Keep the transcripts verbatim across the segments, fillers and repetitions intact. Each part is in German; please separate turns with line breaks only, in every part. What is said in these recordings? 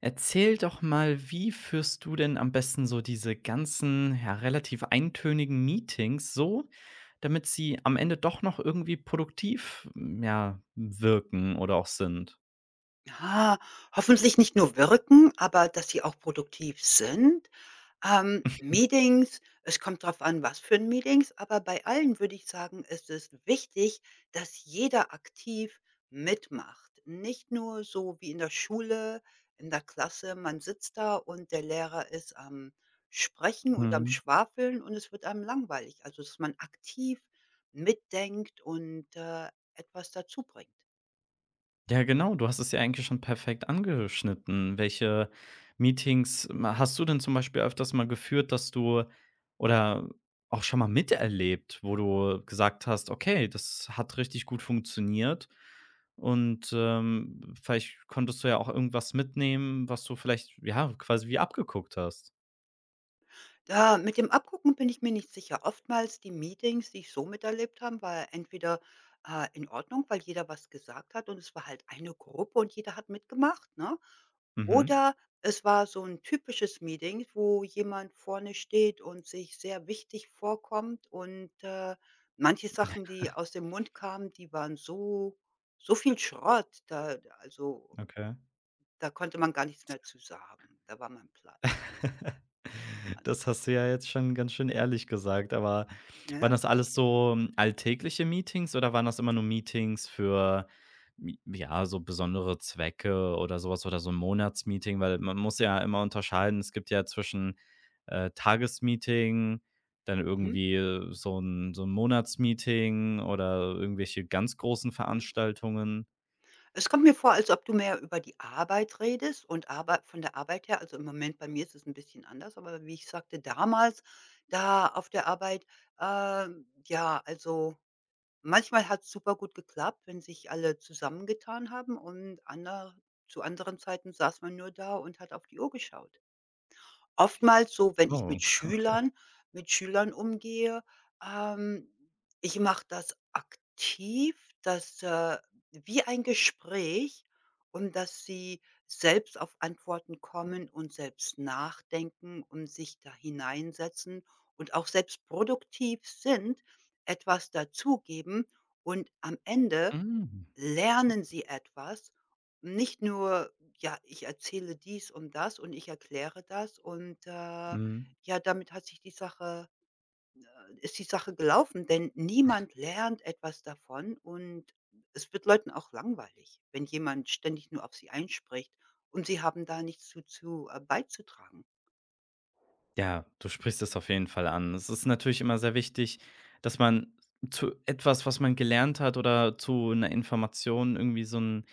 Erzähl doch mal, wie führst du denn am besten so diese ganzen, ja, relativ eintönigen Meetings so, damit sie am Ende doch noch irgendwie produktiv, hm, ja, wirken oder auch sind?
Ja, hoffentlich nicht nur wirken, aber dass sie auch produktiv sind. Ähm, Meetings, es kommt drauf an, was für ein Meetings, aber bei allen würde ich sagen, ist es wichtig, dass jeder aktiv mitmacht. Nicht nur so wie in der Schule, in der Klasse, man sitzt da und der Lehrer ist am Sprechen und am
Mhm.
Schwafeln und es wird einem langweilig. Also, dass man aktiv mitdenkt und, äh, etwas dazu bringt.
Ja, genau, du hast es ja eigentlich schon perfekt angeschnitten. Welche Meetings ma hast du denn zum Beispiel öfters mal geführt, dass du oder auch schon mal miterlebt, wo du gesagt hast: „Okay, das hat richtig gut funktioniert.“ Und, ähm, vielleicht konntest du ja auch irgendwas mitnehmen, was du vielleicht, ja, quasi wie abgeguckt hast.
Da mit dem Abgucken bin ich mir nicht sicher. Oftmals die Meetings, die ich so miterlebt habe, war entweder, äh, in Ordnung, weil jeder was gesagt hat und es war halt eine Gruppe und jeder hat mitgemacht, ne?
Mhm,
Oder es war so ein typisches Meeting, wo jemand vorne steht und sich sehr wichtig vorkommt und, äh, manche Sachen, die aus dem Mund kamen, die waren so so viel Schrott, da also,
okay.
da konnte man gar nichts mehr zu sagen. Da war man platt.
Das hast du ja jetzt schon ganz schön ehrlich gesagt, aber
Ja,
waren das alles so mm, alltägliche Meetings oder waren das immer nur Meetings für, m ja, so besondere Zwecke oder sowas oder so ein Monatsmeeting? Weil man muss ja immer unterscheiden, es gibt ja zwischen, äh, Tagesmeeting, dann
mhm,
irgendwie äh, so ein so ein Monatsmeeting oder irgendwelche ganz großen
ja.
Veranstaltungen.
Es kommt mir vor, als ob du mehr über die Arbeit redest und Arbeit von der Arbeit her, also im Moment bei mir ist es ein bisschen anders, aber wie ich sagte, damals da auf der Arbeit, ähm, ja, also manchmal hat es super gut geklappt, wenn sich alle zusammengetan haben und ander zu anderen Zeiten saß man nur da und hat auf die Uhr geschaut, oftmals so, wenn ich
Oh,
mit
okay.
Schülern mit Schülern umgehe, ähm, ich mache das aktiv, dass, äh wie ein Gespräch, um dass sie selbst auf Antworten kommen und selbst nachdenken und sich da hineinsetzen und auch selbst produktiv sind, etwas dazugeben und am Ende
Mhm. Interess
lernen sie etwas, nicht nur: „Ja, ich erzähle dies und das und ich erkläre das“ und, äh,
Mhm.
ja, damit hat sich die Sache äh, ist die Sache gelaufen, denn niemand lernt etwas davon und es wird Leuten auch langweilig, wenn jemand ständig nur auf sie einspricht und sie haben da nichts zu zu äh, beizutragen,
Ja, du sprichst es auf jeden Fall an. Es ist natürlich immer sehr wichtig, dass man zu etwas, was man gelernt hat oder zu einer Information irgendwie so ein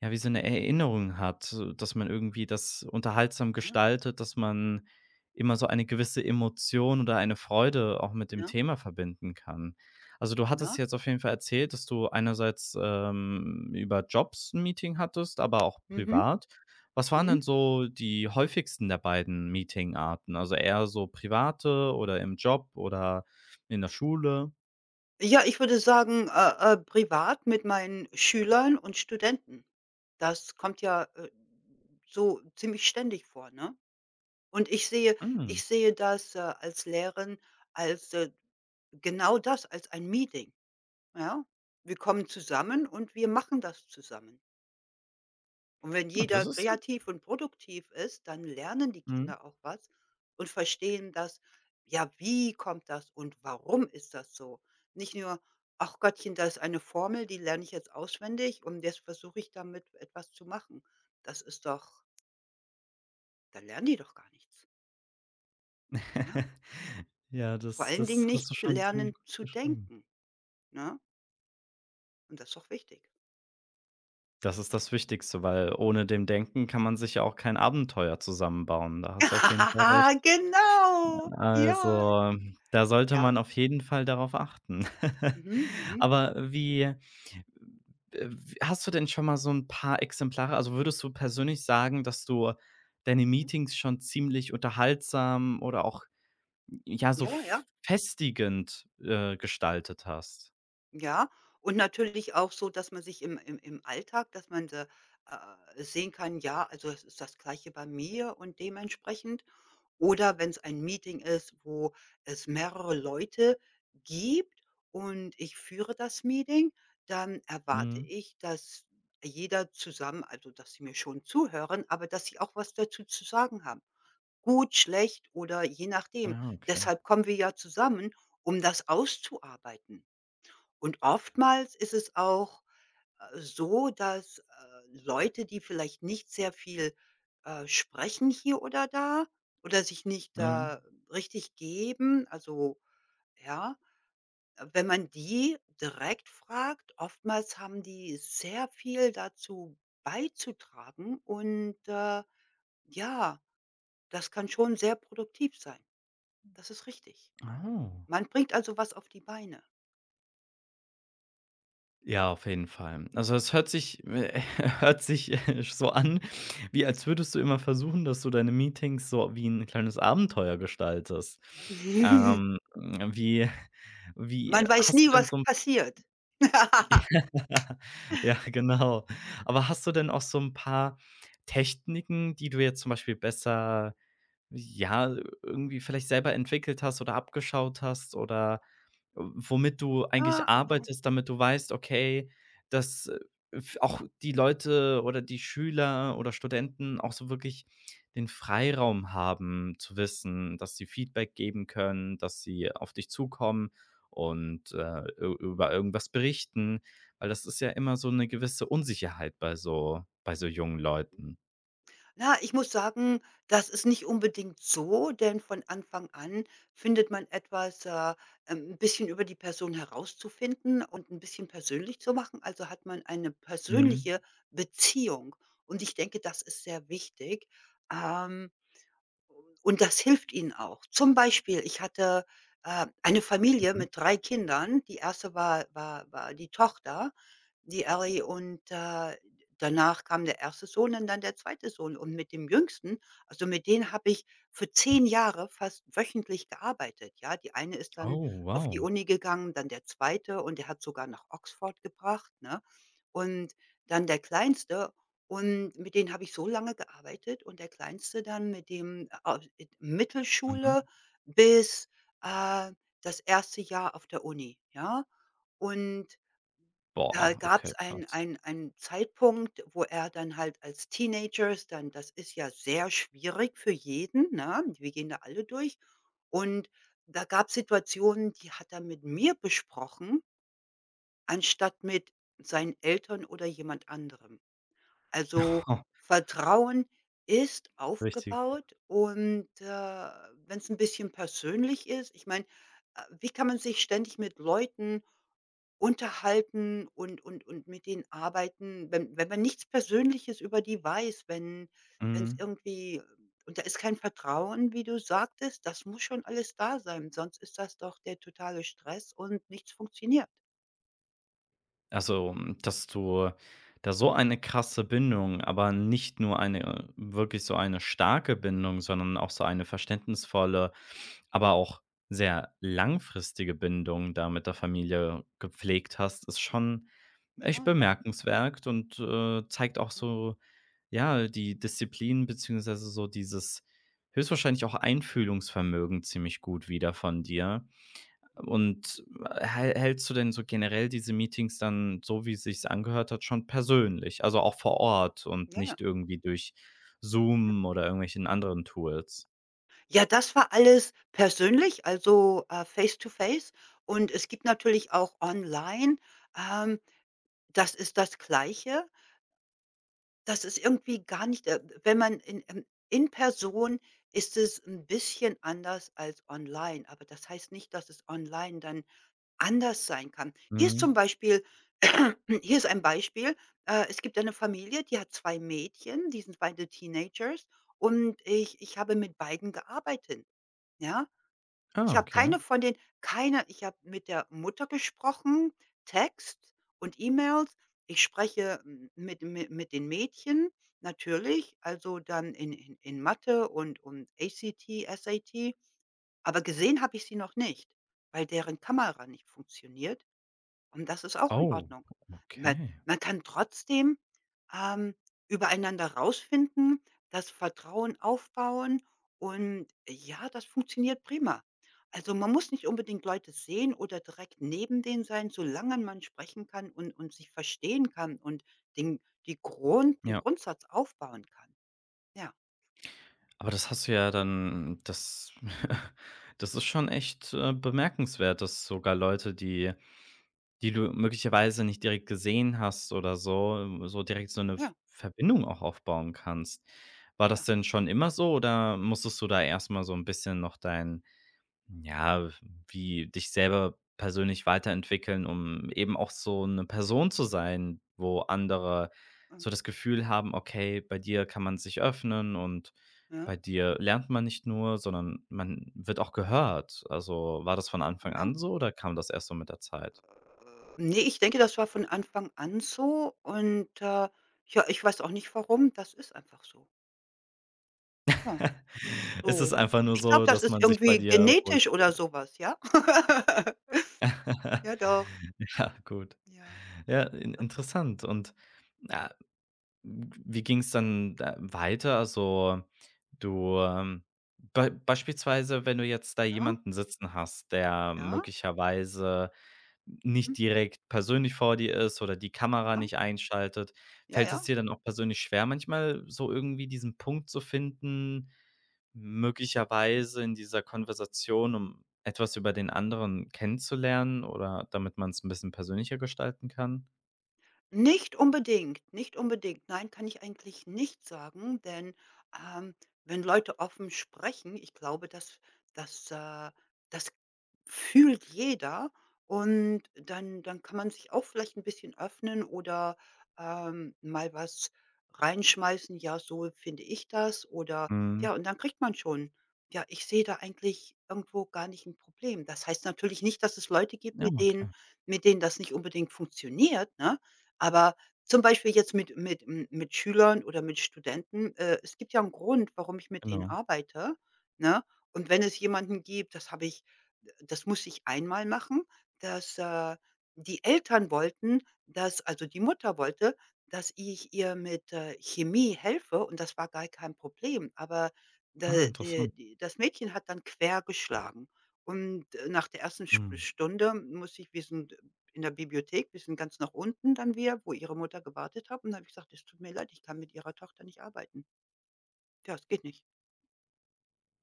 ja, wie so 'ne Erinnerung hat, so, dass man irgendwie das unterhaltsam
ne?
gestaltet, dass man immer so eine gewisse Emotion oder eine Freude auch mit dem
Ja,
Thema verbinden kann. Also, du hattest
ja.
jetzt auf jeden Fall erzählt, dass du einerseits, ähm, über Jobs 'n Meeting hattest, aber auch
Mhm,
privat. Was waren
mhm.
denn so die häufigsten der beiden Meetingarten? Also, eher so private oder im Job oder in der Schule?
Ja, ich würde sagen, äh, äh, privat mit meinen Schülern und Studenten. Das kommt ja, äh, so ziemlich ständig vor, ne? Und ich sehe
Hm,
ich sehe das, äh, als Lehren als, äh genau das, als ein Meeting, ja? Wir kommen zusammen und wir machen das zusammen. Und wenn
ja, das
jeder
ist ja
kreativ und produktiv ist, dann lernen die
mhm.
Kinder auch was und verstehen das, ja, wie kommt das und warum ist das so? Nicht nur, ach Gottchen, da ist eine Formel, die lerne ich jetzt auswendig und jetzt versuche ich damit etwas zu machen. Das ist doch da lernen die doch gar nichts. Ja,
Ja,
vor
das
allen Dingen
das hast du
nicht zu
schon ziemlich
lernen
gut
zu
beschrieben.
denken, ne? Und das ist doch wichtig.
Das ist das Wichtigste, weil ohne dem Denken kann man sich ja auch kein Abenteuer zusammenbauen. Da hast du auf jeden Fall recht.
Genau, ja.
Also, da sollte man
Ja.
auf jeden Fall darauf achten.
Mhm, mhm.
Aber wie äh, w hast du denn schon mal so ein paar Exemplare also, würdest du persönlich sagen, dass du deine Meetings schon ziemlich unterhaltsam oder auch, ja, so
Ja,
f
ja.
festigend, äh, gestaltet hast?
Ja, und natürlich auch so, dass man sich im im im Alltag, dass man da, äh, sehen kann, ja, also es ist das Gleiche bei mir und dementsprechend oder wenn es ein Meeting ist, wo es mehrere Leute gibt und ich führe das Meeting, dann erwarte
Mhm.
ich, dass jeder zusammen also, dass sie mir schon zuhören, aber dass sie auch was dazu zu sagen haben. Gut, schlecht oder je nachdem.
Ja, okay.
Deshalb kommen wir ja zusammen, um das auszuarbeiten. Und oftmals ist es auch, äh, so, dass, äh, Leute, die vielleicht nicht sehr viel, äh, sprechen hier oder da oder sich nicht
Mhm.
da richtig geben, also, ja, äh, wenn man die direkt fragt, oftmals haben die sehr viel dazu beizutragen und, äh, ja, das kann schon sehr produktiv sein. Das ist richtig.
Oh.
Man bringt also was auf die Beine.
Ja, auf jeden Fall. Also, es hört sich hört sich äh, so an, wie als würdest du immer versuchen, dass du deine Meetings so wie ein kleines Abenteuer gestaltest. Ähm, wie wie äh,
Man weiß
hast du
nie,
denn
was
so 'n
passiert.
ja, ja, genau. Aber hast du denn auch so ein paar Techniken, die du jetzt zum Beispiel besser, ja, irgendwie vielleicht selber entwickelt hast oder abgeschaut hast oder womit du eigentlich
Ja, also,
arbeitest, damit du weißt, okay, dass, äh, f auch die Leute oder die Schüler oder Studenten auch so wirklich den Freiraum haben zu wissen, dass sie Feedback geben können, dass sie auf dich zukommen und, äh, ü über irgendwas berichten, weil das ist ja immer so eine gewisse Unsicherheit bei so bei so jungen Leuten.
na, ich muss sagen, das ist nicht unbedingt so, denn von Anfang an findet man etwas, äh, ähm, 'n bisschen über die Person herauszufinden und ein bisschen persönlich zu machen. Also, hat man eine
Mhm,
persönliche Beziehung und ich denke, das ist sehr wichtig. Ähm und das hilft ihnen auch. Zum Beispiel, ich hatte, äh, eine Familie
mhm.
mit drei Kindern. Die erste war war war die Tochter, die Ellie, und, äh, danach kam der erste Sohn und dann der zweite Sohn. Und mit dem Jüngsten, also mit denen habe ich für zehn Jahre fast wöchentlich gearbeitet, ja? Die eine ist
Oh,
dann auf die
wow.
Uni gegangen, dann der zweite und der hat sogar nach Oxford gebracht, ne? Und dann der Kleinste und mit denen habe ich so lange gearbeitet und der Kleinste dann mit dem äh, au äh, Mittelschule
Mhm.
bis, äh, das erste Jahr auf der Uni, ja? Und da
Boah, okay,
gab's ein
krass.
ein einen Zeitpunkt, wo er dann halt als Teenagers, dann das ist ja sehr schwierig für jeden, ne? Wir gehen da alle durch. Und da gab's Situationen, die hat er mit mir besprochen, anstatt mit seinen Eltern oder jemand anderem. Also, Vertrauen ist
Richtig.
aufgebaut und, äh, wenn es ein bisschen persönlich ist, ich meine, äh, wie kann man sich ständig mit Leuten unterhalten und und und mit denen arbeiten, wenn wenn man nichts Persönliches über die weiß, wenn es
Mhm.
irgendwie und da ist kein Vertrauen, wie du sagtest, das muss schon alles da sein, sonst ist das doch der totale Stress und nichts funktioniert.
Also, hm, dass du da so eine krasse Bindung, aber nicht nur eine äh, wirklich so eine starke Bindung, sondern auch so eine verständnisvolle, aber auch sehr langfristige Bindung da mit der Familie gepflegt hast, ist schon
Ja,
echt
ja, ja,
bemerkenswert und, äh, zeigt auch so, ja, die Disziplin beziehungsweise so dieses höchstwahrscheinlich auch Einfühlungsvermögen ziemlich gut wieder von dir. Und äh, häl hältst du denn so generell diese Meetings dann, so wie sich's angehört hat, schon persönlich, also auch vor Ort und
ja.
nicht irgendwie durch Zoom oder irgendwelchen anderen Tools?
Ja, das war alles persönlich, also, äh, face to face und es gibt natürlich auch online, ähm, das ist das Gleiche. Das ist irgendwie gar nicht äh, wenn man in ähm, in Person ist, es ein bisschen anders als online, aber das heißt nicht, dass es online dann anders sein kann. Hier ist
Mhm.
zum Beispiel hier ist ein Beispiel, äh, es gibt eine Familie, die hat zwei Mädchen, die sind beide Teenagers und ich ich habe mit beiden gearbeitet, ja?
Ah,
Ich habe
okay.
keine von den keine ich habe mit der Mutter gesprochen, Text und E-Mails. Ich spreche m mit mi mit den Mädchen natürlich, also dann in in in Mathe und und A C T, S A T, aber gesehen habe ich sie noch nicht, weil deren Kamera nicht funktioniert. Und das ist auch in
Oh,
Ordnung. Man
okay.
man kann trotzdem, ähm, übereinander rausfinden, das Vertrauen aufbauen und ja, das funktioniert prima. Also, man muss nicht unbedingt Leute sehen oder direkt neben denen sein, solange man sprechen kann und und sich verstehen kann und den die Grund den
Ja,
Grundsatz aufbauen kann. Ja,
aber das hast du ja dann das das ist schon echt, äh, bemerkenswert, dass sogar Leute, die die du möglicherweise nicht direkt gesehen hast oder so so direkt so eine
ja,
Verbindung auch aufbauen kannst. War das
ja,
denn schon immer so oder musstest du da erstmal so ein bisschen noch dein ja, wie dich selber persönlich weiterentwickeln, um eben auch so eine Person zu sein, wo andere so
ähm,
das Gefühl haben: „Okay, bei dir kann man sich öffnen und
ja,
bei dir lernt man nicht nur, sondern man wird auch gehört.“ Also, war das von Anfang
ja.
an so oder kam das erst so mit der Zeit?
Ne, ich denke, das war von Anfang an so und, äh, ja, ich weiß auch nicht warum, das ist einfach so. Ja,
Es ist
so.
einfach nur
Ich glaube,
so,
das
dass
ist
man sich bei
irgendwie
dir
genetisch oder
wohlfühlt.
so was, ja? Ja, doch.
Ja, gut.
Ja,
Ja, in
doch, doch.
interessant und, äh, wie ging es dann da weiter? Also, du, ähm bei beispielsweise, wenn du jetzt da
Ja,
jemanden sitzen hast, der
ja.
möglicherweise
Mhm.
nicht direkt persönlich vor dir ist oder die Kamera
Ja,
nicht einschaltet.
ja,
Fällt
ja.
es dir dann auch persönlich schwer, manchmal so irgendwie diesen Punkt zu finden, möglicherweise in dieser Konversation, um etwas über den anderen kennenzulernen oder damit man es ein bisschen persönlicher gestalten kann?
Nicht unbedingt, nicht unbedingt. Nein, kann ich eigentlich nicht sagen, denn, ähm, wenn Leute offen sprechen, ich glaube, das das, äh das fühlt jeder und dann dann kann man sich auch vielleicht ein bisschen öffnen oder, ähm, mal was reinschmeißen: „Ja, so finde ich das“ oder
Mhm.
ja, und dann kriegt man schon, ja, ich sehe da eigentlich irgendwo gar nicht ein Problem. Das heißt natürlich nicht, dass es Leute gibt,
Ja,
mit denen
okay,
mit denen das nicht unbedingt funktioniert, ne? Aber zum Beispiel jetzt mit mit m mit Schülern oder mit Studenten, äh, es gibt ja einen Grund, warum ich mit denen
genau.
arbeite, ne? Und wenn es jemanden gibt, das habe ich das muss ich einmal machen, dass, äh, die Eltern wollten, dass also die Mutter wollte, dass ich ihr mit, äh, Chemie helfe und das war gar kein Problem. Aber da
Ah, interessant.
de die das Mädchen hat dann quer geschlagen und, äh, nach der ersten Sp
Mhm.
Stunde muss ich wie so 'n in der Bibliothek bisschen ganz nach unten dann wieder, wo ihre Mutter gewartet hat. Und da habe ich gesagt: „Es tut mir leid, ich kann mit Ihrer Tochter nicht arbeiten. Ja, es geht nicht.“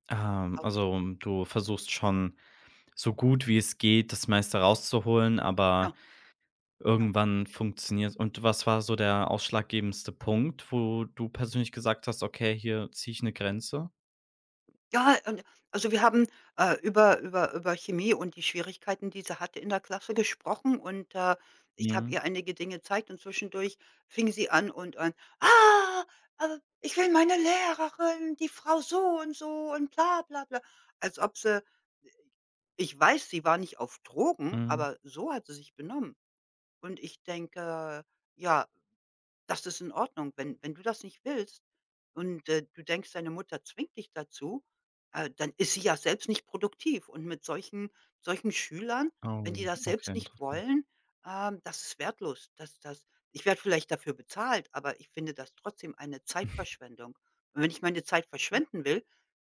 Ähm,
Aus.
also, du versuchst schon so gut wie es geht, das meiste rauszuholen, aber
Ja, ja.
irgendwann funktioniert. Und was war so der ausschlaggebendste Punkt, wo du persönlich gesagt hast: „Okay, hier ziehe ich eine Grenze?“
Ja, und also, wir haben, äh, über über über Chemie und die Schwierigkeiten, die sie hatte in der Klasse, gesprochen und, äh, ich habe
Mhm,
ihr einige Dinge gezeigt und zwischendurch fing sie an und an: „Ah, äh, ich will meine Lehrerin, die Frau so und so und bla bla bla.“ Als ob sie, ich weiß, sie war nicht auf Drogen,
mhm.
aber so hat sie sich benommen. Und ich denke, ja, das ist in Ordnung. Wenn wenn du das nicht willst und, äh, du denkst, deine Mutter zwingt dich dazu, äh, dann ist sie ja selbst nicht produktiv. Und mit solchen solchen Schülern, wenn die
Oh,
das
okay,
selbst nicht
interessant.
wollen, ähm, das ist wertlos. Das das ich werde vielleicht dafür bezahlt, aber ich finde das trotzdem eine Zeitverschwendung. Und wenn ich meine Zeit verschwenden will,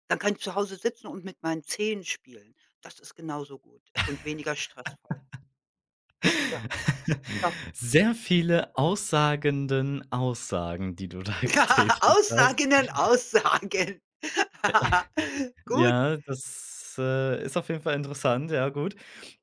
dann kann ich zu Hause sitzen und mit meinen Zehen spielen. Das ist genauso gut und weniger stressvoll. Ja, das
Sehr viele aussagenden Aussagen, die du da getätigt hast.
Aussagen an Aussagen. Gut.
Ja, das, äh, ist auf jeden Fall interessant, ja, gut.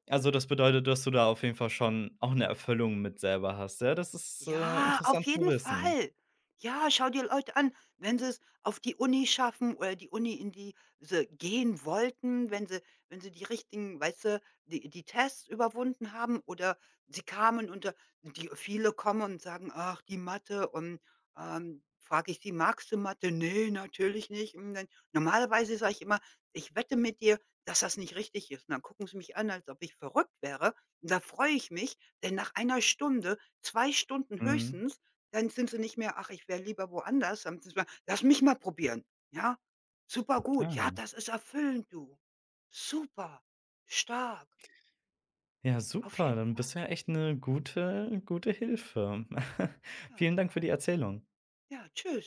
Also, das bedeutet, dass du da auf jeden Fall schon auch eine Erfüllung mit selber hast, ja? Das ist, äh,
Ja, auf
interessant zu
jeden
wissen.
Fall. Ja, schau dir Leute an, wenn sie es auf die Uni schaffen oder die Uni, in die sie gehen wollten, wenn sie, wenn sie die richtigen, weißt du, die die Tests überwunden haben oder sie kamen und da die viele kommen und sagen: „Ach, die Mathe“ und, ähm, frage ich die: „Magst du Mathe?“ „Ne, natürlich nicht.“ Und dann normalerweise sage ich immer: „Ich wette mit dir, dass das nicht richtig ist.“ Und dann gucken sie mich an, als ob ich verrückt wäre. Und da freue ich mich, denn nach einer Stunde, zwei Stunden
Mhm.
höchstens, dann sind sie nicht mehr: „Ach, ich wäre lieber woanders.“ Dann sind sie: „Lass mich mal probieren, ja? Super gut. Ja,
Ah.
das ist erfüllend, du. Super, stark,
Ja,
auf
super,
jeden
dann
Fall.
bist du ja echt eine gute gute Hilfe.
Ja,
Vielen Dank
doch.
für die Erzählung.
Ja, tschüss.“